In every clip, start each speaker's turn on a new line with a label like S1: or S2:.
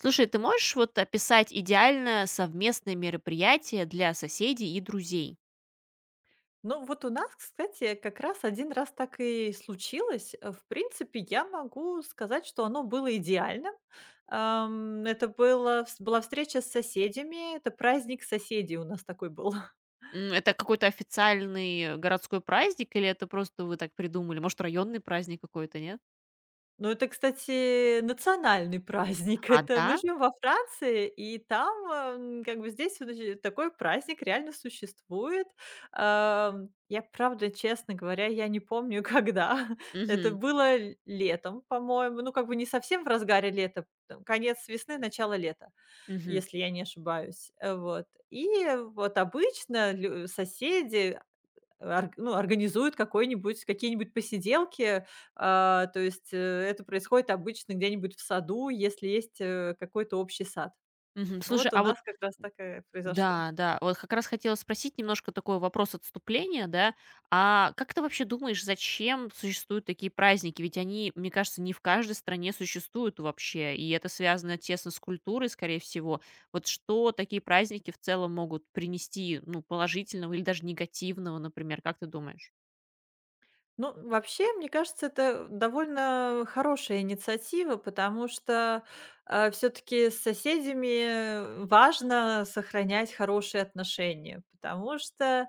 S1: Слушай, ты можешь вот описать идеальное совместное мероприятие для соседей и друзей?
S2: Ну, вот у нас, кстати, как раз один раз так и случилось. В принципе, я могу сказать, что оно было идеальным. Это было вс была встреча с соседями, это праздник соседей у нас такой был.
S1: Это какой-то официальный городской праздник или это просто вы так придумали? Может, районный праздник какой-то, нет?
S2: Ну, это, кстати, национальный праздник.
S1: А,
S2: Это
S1: да?
S2: мы живем во Франции, и там, как бы здесь вот же такой праздник реально существует. Я, правда, честно говоря, я не помню, когда. Это
S1: Мгм.
S2: было л летом, по-моему. Ну, как бы не совсем в разгаре лета, там конец весны, начало лета,
S1: Мгм.
S2: если я не ошибаюсь. И вот обычно лю соседи организуют какой-нибудь какие-нибудь посиделки. То есть, это происходит обычно где-нибудь в саду, если есть, какой-то общий сад.
S1: Мгм.
S2: Ну,
S1: Слушай,
S2: вот у
S1: а вот.
S2: нас как раз так и произошло.
S1: Да, да. Вот как раз хотела спросить немножко такой вопрос отступления, да. А как ты вообще думаешь, зачем существуют такие праздники? Ведь они, мне кажется, не в каждой стране существуют вообще, и это связано тесно с культурой, скорее всего. Вот что такие праздники в целом могут принести, ну, положительного или даже негативного, например, как ты думаешь?
S2: Ну, вообще, мне кажется, это довольно хорошая инициатива, потому что все таки с соседями важно сохранять хорошие отношения, потому что,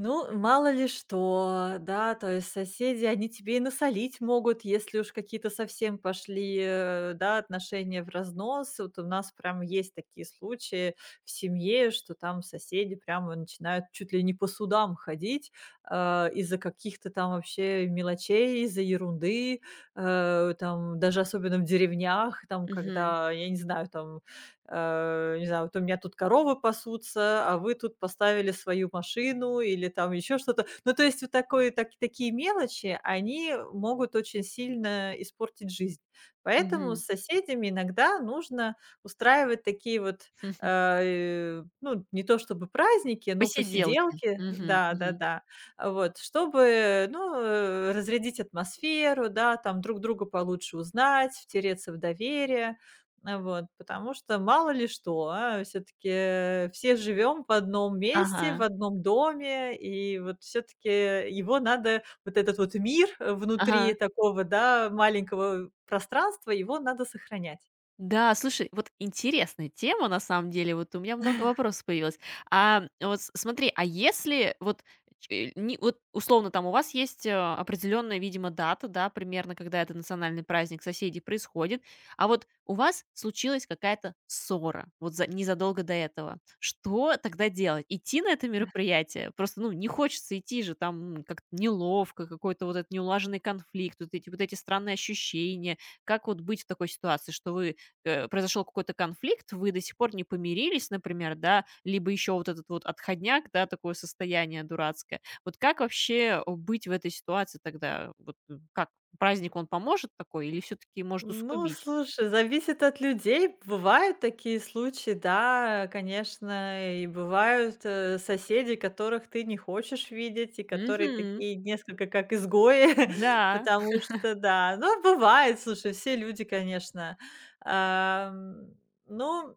S2: ну, мало ли что, да, то есть соседи, они тебе и насолить могут, если уж какие-то совсем пошли, да, отношения в разнос. Вот у нас прям есть такие случаи в семье, что там соседи прямо начинают чуть ли не по судам ходить, из-за каких-то там вообще мелочей, из-за ерунды, там даже особенно в деревнях, там
S1: Мгм,
S2: когда, я не знаю, там, не знаю, вот у меня тут коровы пасутся, а вы тут поставили свою машину или там еще что-то. Ну, то есть вот такое, такие мелочи, они могут очень сильно испортить жизнь. Поэтому
S1: мгм.
S2: с соседями иногда нужно устраивать такие вот, ну, не то чтобы праздники, но
S1: Посиделки.
S2: посиделки,
S1: Мгм, мгм.
S2: да-да-да, вот, чтобы, ну, разрядить атмосферу, да, там друг друга получше узнать, втереться в доверие. Вот, потому что мало ли что, а всё-таки все живем в одном
S1: Ага,
S2: месте, в одном доме, и вот все таки его надо, вот этот вот мир, внутри
S1: ага.
S2: такого, да, маленького пространства, его надо сохранять.
S1: Да, слушай, вот интересная тема на самом деле. Вот у меня много вопросов появилось. А вот смотри, а если вот вот условно там у вас есть определенная, видимо, дата, да, примерно, когда этот национальный праздник соседей происходит, а вот у вас случилась какая-то ссора, вот незадолго до этого. Что тогда делать? Идти на это мероприятие? Просто, ну, не хочется идти же, там как-то неловко, какой-то вот этот неулаженный конфликт, вот эти странные ощущения, как вот быть в такой ситуации, что произошел какой-то конфликт, вы до сих пор не помирились, например, да, либо еще вот этот вот отходняк, да, такое состояние дурацкое. Вот как вообще быть в этой ситуации тогда? Вот как праздник он поможет такой или все-таки может
S2: Ну,
S1: усугубить?
S2: слушай, зависит от людей. Бывают такие случаи, да, конечно, и бывают, соседи, которых ты не хочешь видеть, и которые
S1: Мгм.
S2: такие несколько как изгои,
S1: Да.
S2: потому что, да, ну, бывает, слушай, все люди, конечно. Ам, Ну,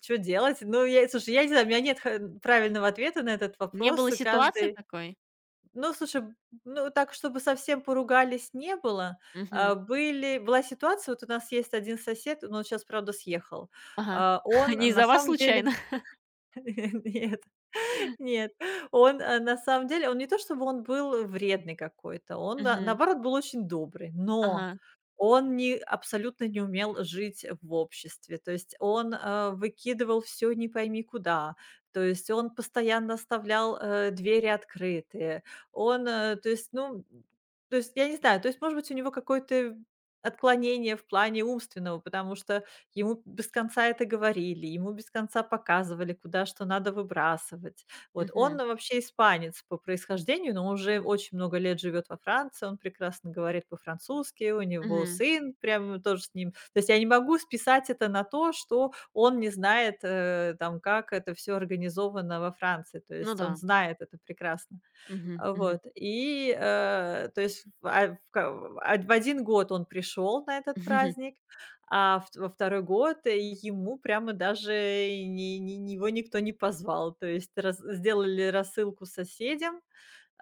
S2: Что делать? Ну, я, слушай, я не знаю, у меня нет правильного ответа на этот
S1: Не
S2: вопрос,
S1: было
S2: и
S1: ситуации
S2: каждый,
S1: такой?
S2: ну, слушай, б ну, так, чтобы совсем поругались, не было.
S1: Мгм.
S2: Были была ситуация, вот у нас есть один сосед, но он вот щас, правда, съехал.
S1: Ага.
S2: А, он
S1: Не
S2: на
S1: из-за вас
S2: самом деле...
S1: случайно?
S2: Нет, нет. Он, на самом деле, он не то чтобы он был вредный какой-то, он, на
S1: Мгм.
S2: наоборот, был очень добрый, но
S1: Ага.
S2: он не... абсолютно не умел жить в обществе. То есть он, выкидывал все, не пойми куда, то есть он постоянно оставлял, двери открытые. Он, э, то есть, ну, то есть, Я не знаю, то есть, может быть, у него какое-то отклонение в плане умственного, потому что ему без конца это говорили, ему без конца показывали, куда что надо выбрасывать. Вот он,
S1: Мгм.
S2: ну, вообще испанец по происхождению, но уже очень много лет живет во Франции, он прекрасно говорит по-французски, у него
S1: Мгм.
S2: сын прямо тоже с ним. То есть я не могу списать это на то, что он не знает, там, как это все организовано во Франции. То
S1: Ну
S2: есть он
S1: да.
S2: знает это прекрасно.
S1: Мгм. Мгм.
S2: И, э, то есть, в а, в ка в од в 1 год он пришел на этот праздник, а в во второй год ему прямо даже и не... ни его никто не позвал. То есть раз сделали рассылку соседям,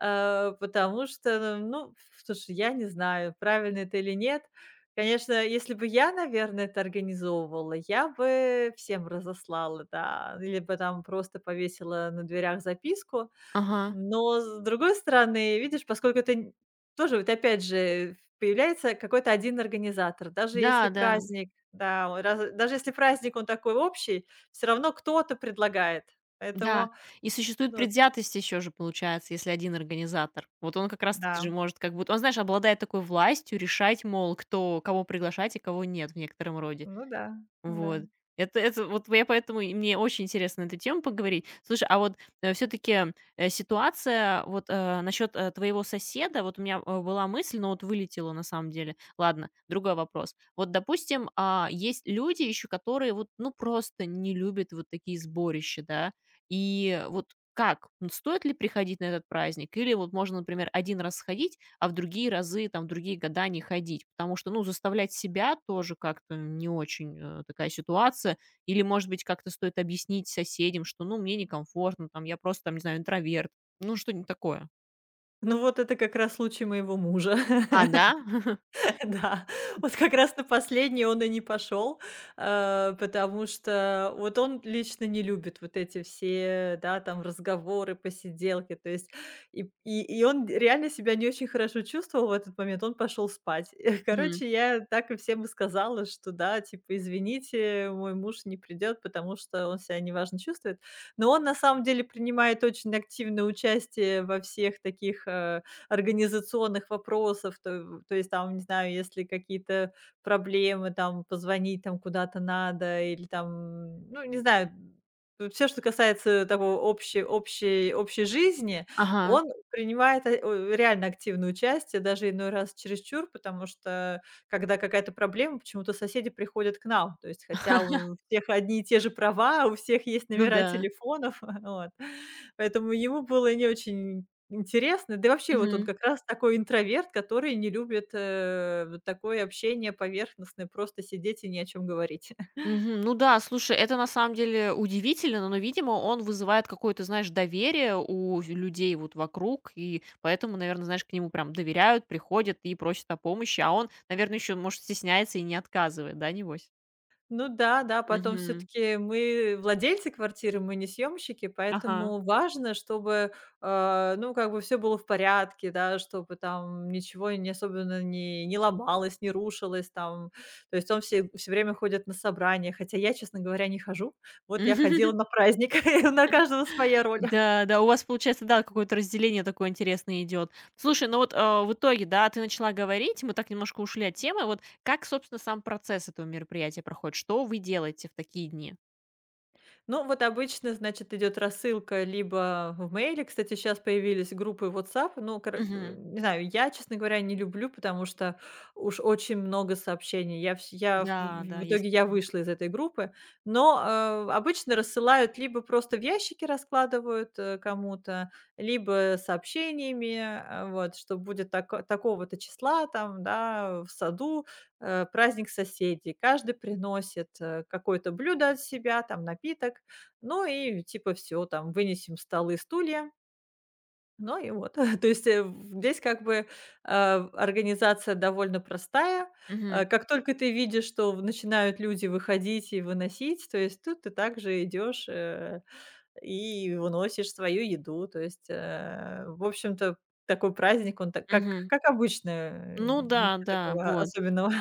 S2: потому что, ну, слушай, я не знаю, правильно это или нет. Конечно, если бы я, наверное, это организовывала, я бы всем разослала, да, или бы там просто повесила на дверях записку.
S1: Ага.
S2: Но с другой стороны, видишь, поскольку это н тоже вот опять же появляется какой-то один организатор. Даже если
S1: Да, да.
S2: праздник, да, он раз даже если праздник, он такой общий, все равно кто-то предлагает.
S1: Да,
S2: Поэтому,
S1: и существует
S2: ну,
S1: предвзятость еще же, получается, если один организатор. Вот он как раз таки
S2: да,
S1: же может как будто он, знаешь, обладает такой властью решать, мол, кто кого приглашать и кого нет в некотором роде.
S2: ну да, да.
S1: Вот. Это вот я поэтому и мне очень интересно на эту тему поговорить. Слушай, а вот, все таки ситуация вот, насчет, твоего соседа. Вот у меня, была мысль, но вот вылетела на самом деле. Ладно, другой вопрос. Вот, допустим, а, есть люди еще, которые вот, ну, просто не любят вот такие сборища, да. И вот как? Ну, стоит ли приходить на этот праздник? Или вот можно, например, один раз сходить, а в другие разы, там, в другие года не ходить. Потому что, ну, заставлять себя тоже как-то не очень, такая ситуация. Или, может быть, как-то стоит объяснить соседям, что, ну, мне некомфортно, там, я просто, там, не знаю, интроверт. Ну, что-нибудь такое.
S2: Ну, вот это как раз случай моего мужа.
S1: А, да?
S2: Да, вот как раз на последний он и не пошел, потому что вот он лично не любит вот эти все, да, там разговоры, посиделки, то есть он реально себя не очень хорошо чувствовал в этот момент, он пошел спать.
S1: Мгм.
S2: Короче, я так и всем и сказала, что да, типа, извините, мой муж не придет, потому что он себя неважно чувствует. Но он на самом деле принимает очень активное участие во всех таких, организационных вопросов. То есть там, не знаю, если какие-то проблемы, там позвонить там куда-то надо или там, ну, не знаю, все, что касается того общей жизни,
S1: Ага.
S2: он принимает, э, о реально активное участие, даже иной раз чересчур, потому что когда какая-то проблема, почему-то соседи приходят к нам. То есть, хотя у всех одни и те же права, у всех есть
S1: Ну
S2: номера
S1: да.
S2: телефонов, вот. Поэтому ему было не очень интересно. Да и вообще, вот он
S1: Мгм.
S2: как раз такой интроверт, который не любит, вот такое общение поверхностное, просто сидеть и ни о чем говорить.
S1: Мгм. Ну да, слушай, это на самом деле удивительно, но, видимо, он вызывает какое-то, знаешь, доверие у людей вот вокруг, и поэтому, наверное, знаешь, к нему прям доверяют, приходят и просят о помощи, а он, наверное, еще, может, стесняется и не отказывает, да, небось?
S2: Ну да, да, потом все
S1: Мгм.
S2: таки мы владельцы квартиры, мы не съемщики,
S1: Ага.
S2: поэтому важно, чтобы, ну, как бы все было в порядке, да, чтобы там ничего не... особенно не ломалось, не рушилось там. То есть он все всё время ходит на собрания, хотя я, честно говоря, не хожу. Вот я ходила на праздник, на каждого своя роль.
S1: Да, да, у вас получается, да, какое-то разделение такое интересное идет. Слушай, ну вот в итоге, да, ты начала говорить, мы так немножко ушли от темы. Вот как, собственно, сам процесс этого мероприятия проходит? Что вы делаете в такие дни?
S2: Ну, вот обычно, значит, идет рассылка либо в мейле. Кстати, сейчас появились группы WhatsApp. Ну,
S1: Мгм.
S2: не знаю, я, честно говоря, не люблю, потому что уж очень много сообщений. Я, вс- я
S1: Да, да,
S2: в
S1: есть.
S2: итоге я вышла из этой группы. Но, обычно рассылают либо просто в ящики раскладывают, кому-то, либо сообщениями, вот, что будет такого-то числа там, да, в саду, праздник соседей. Каждый приносит, какое-то блюдо от себя, там напиток. Ну и типа всё, там вынесем столы, стулья. Ну и вот. То есть, э, в здесь как бы, организация довольно простая.
S1: Мгм,
S2: Как только ты видишь, что в начинают люди выходить и выносить, то есть тут ты также идешь, и выносишь свою еду. То есть, в общем-то, такой праздник, он так
S1: мгм.
S2: как обычно,
S1: Ну да,
S2: ничего
S1: да,
S2: такого
S1: вот.
S2: особенного.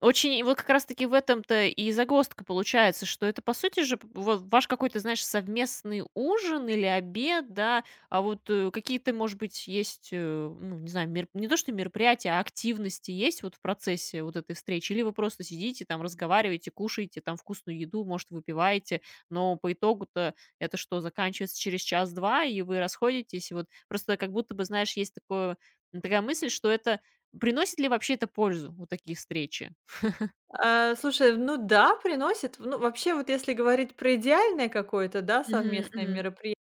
S1: Очень и вот как раз таки в этом-то и загвоздка получается, что это, по сути же, п вот ваш какой-то, знаешь, совместный ужин или обед, да. А вот, какие-то, может быть, есть, ну, не знаю, мер не то что мероприятия, а активности есть вот в процессе вот этой встречи? Или вы просто сидите там, разговариваете, кушаете там вкусную еду, может, выпиваете, но по итогу-то это что, заканчивается через час-два, и вы расходитесь? И вот просто как будто бы, знаешь, есть такое такая мысль, что это приносит ли вообще это пользу, вот такие встречи?
S2: А, слушай, ну да, приносит. Ну, вообще, вот если говорить про идеальное какое-то, да,
S1: Мгм,
S2: совместное
S1: мгм.
S2: мероприятие,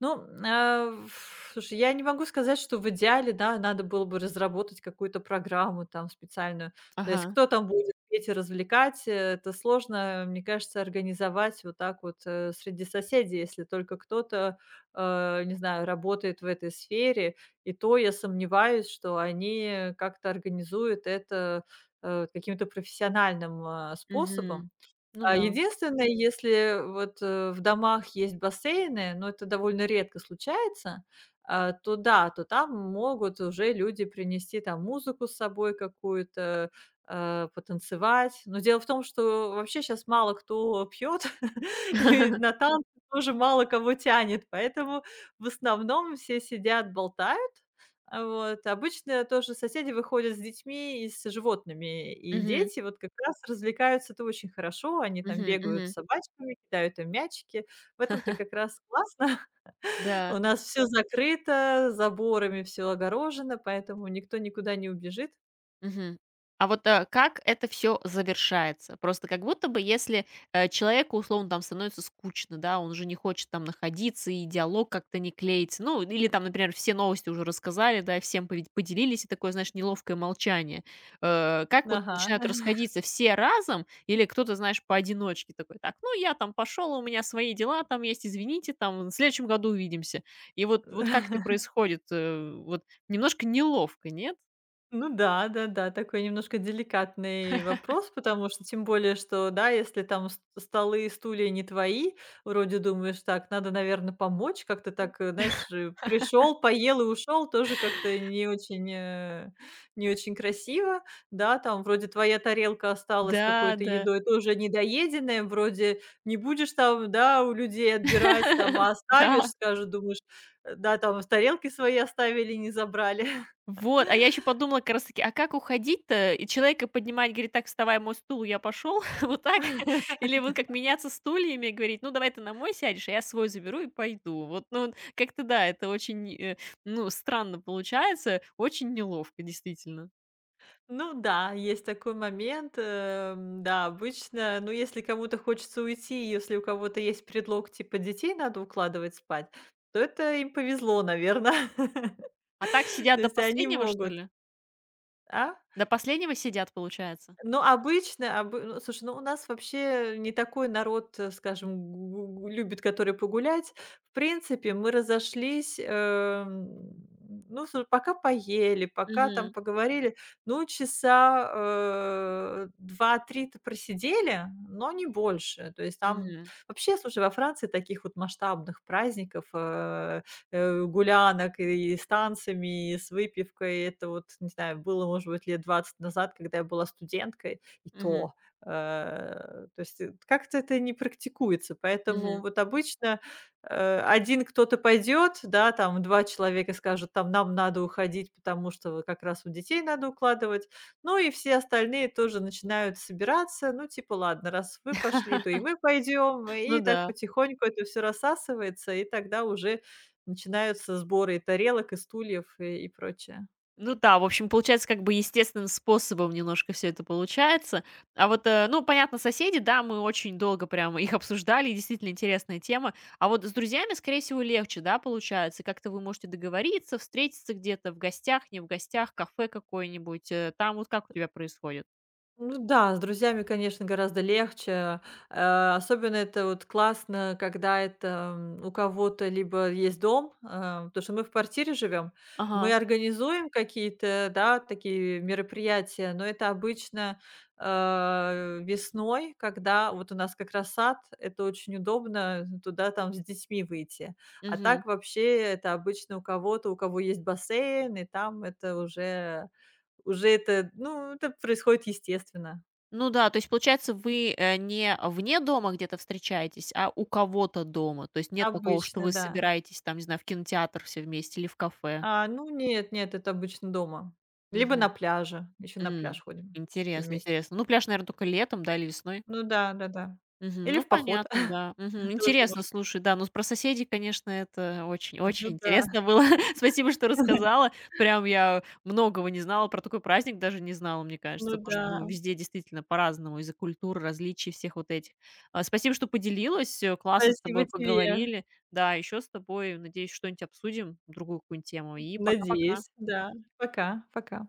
S2: ну, а, ф слушай, я не могу сказать, что в идеале, да, надо было бы разработать какую-то программу там специальную. То есть
S1: Ага.
S2: кто там будет эти развлекать, это сложно, мне кажется, организовать вот так вот, среди соседей, если только кто-то, не знаю, работает в этой сфере. И то я сомневаюсь, что они как-то организуют это, каким-то профессиональным,
S1: Мгм.
S2: способом.
S1: Ну да.
S2: Единственное, если вот, э, в домах есть бассейны, но это довольно редко случается, то да, то там могут уже люди принести там музыку с собой какую-то, потанцевать. Но дело в том, что вообще сейчас мало кто пьет и на танцы тоже мало кого тянет, поэтому в основном все сидят, болтают. А вот. Обычно тоже соседи выходят с детьми и с животными, и
S1: Мгм,
S2: дети вот как раз развлекаются-то очень хорошо. Они там
S1: мгм,
S2: бегают с
S1: мгм.
S2: собачками, кидают им мячики. В этом-то как раз классно. У
S1: Да.
S2: нас все закрыто, заборами все огорожено, поэтому никто никуда не убежит.
S1: Мгм. А вот, как это все завершается? Просто как будто бы, если, человеку, условно, там становится скучно, да, он уже не хочет там находиться, и диалог как-то не клеится. Ну, или там, например, все новости уже рассказали, да, и всем пове поделились, и такое, знаешь, неловкое молчание. Как вот
S2: Ага.
S1: начинают расходиться все разом, или кто-то, знаешь, поодиночке такой: "Так, ну, я там пошел, у меня свои дела там есть, извините, там, в следующем году увидимся". И вот как это происходит? Вот немножко неловко, нет?
S2: Ну да, да-да, такой немножко деликатный вопрос, потому что тем более, что, да, если там столы и стулья не твои, вроде думаешь, так, надо, наверное, помочь, как-то так, знаешь, пришел, поел и ушел, тоже как-то не очень, не очень красиво, да, там вроде твоя тарелка осталась
S1: Да,
S2: какой-то
S1: да.
S2: едой, тоже недоеденная, вроде не будешь там, да, у людей отбирать, там, а оставишь,
S1: Да,
S2: скажешь, думаешь, да, там тарелки свои оставили, не забрали.
S1: вот. А я еще подумала как раз таки, а как уходить-то? И человека поднимать, говорить: "Так, вставай, мой стул, я пошел". Вот так? Или вот как меняться стульями, говорить: "Ну, давай ты на мой сядешь, а я свой заберу и пойду". Вот, ну, вот как-то да, это очень, ну, странно получается, очень неловко, действительно.
S2: Ну да, есть такой момент. Да, обычно, ну если кому-то хочется уйти, если у кого-то есть предлог типа детей надо укладывать спать, то это им повезло, наверное.
S1: А так сидят
S2: То
S1: до
S2: есть они
S1: последнего, что
S2: могут.
S1: ли?
S2: А?
S1: До последнего сидят, получается?
S2: Ну, обычно обы ну, слушай, ну, у нас вообще не такой народ, скажем, гу любит, который погулять. В принципе, мы разошлись, ну, слу пока поели, пока там
S1: Угу.
S2: поговорили, ну, часа, 2-3 то просидели, но не больше. То есть там
S1: Угу.
S2: вообще, слушай, во Франции таких вот масштабных праздников, гулянок и с танцами, и с выпивкой. Это вот, не знаю, было, может быть, лет 20 назад, когда я была студенткой, и
S1: Угу.
S2: то. Как-то это не практикуется. Поэтому
S1: Мгм.
S2: вот обычно, 1 кто-то пойдет, да, там 2 человека скажут: «Там нам надо уходить, потому что вот как раз у детей надо укладывать». Ну и все остальные тоже начинают собираться. Ну, типа: «Ладно, раз вы пошли, то и мы пойдем».
S1: Ну
S2: И так
S1: да.
S2: потихоньку это все рассасывается, и тогда уже начинаются сборы и тарелок, и стульев, и прочее.
S1: Ну да, в общем, получается, как бы естественным способом немножко все это получается. А вот, ну, понятно, соседи, да, мы очень долго прямо их обсуждали, и действительно интересная тема. А вот с друзьями, скорее всего, легче, да, получается? Как-то вы можете договориться, встретиться где-то в гостях, не в гостях, кафе какое-нибудь. Там вот как у тебя происходит?
S2: Ну да, с друзьями, конечно, гораздо легче. Особенно это вот классно, когда это, у кого-то либо есть дом, потому что мы в квартире живем. Мы
S1: Ага,
S2: организуем какие-то, да, такие мероприятия, но это обычно, весной, когда вот у нас как раз сад, это очень удобно туда там с детьми выйти. А
S1: мгм.
S2: так вообще это обычно у кого-то, у кого есть бассейн, и там это уже это, ну, это происходит естественно,
S1: Ну да, то есть, получается, вы, не вне дома где-то встречаетесь, а у кого-то дома. То есть нет такого, что
S2: обычно,
S1: вы
S2: да.
S1: собираетесь там, не знаю, в кинотеатр все вместе или в кафе.
S2: А, ну нет, нет, это обычно дома. Либо
S1: Мгм.
S2: на пляже, еще на пляж
S1: М,
S2: ходим все
S1: интересно
S2: вместе.
S1: интересно. Ну, пляж, наверное, только летом, да, или весной?
S2: Ну да, да-да.
S1: Мгм.
S2: Или
S1: Ну,
S2: в поход
S1: понятно, да. Мгм.
S2: тоже
S1: Интересно,
S2: можно.
S1: слушай, да. Ну, про соседей, конечно, это очень
S2: Ну
S1: очень
S2: да,
S1: интересно было. Спасибо, что рассказала. Прям я многого не знала, про такой праздник даже не знала, мне
S2: ну
S1: кажется, потому что,
S2: да.
S1: ну, везде действительно по-разному из-за культур, различий всех вот этих. А, спасибо, что поделилась, классно с
S2: Спасибо
S1: тобой
S2: тебе.
S1: поговорили. Да, еще с тобой, надеюсь, что-нибудь обсудим, другую какую-нибудь тему. И пока-пока.
S2: Надеюсь, да. Пока, пока.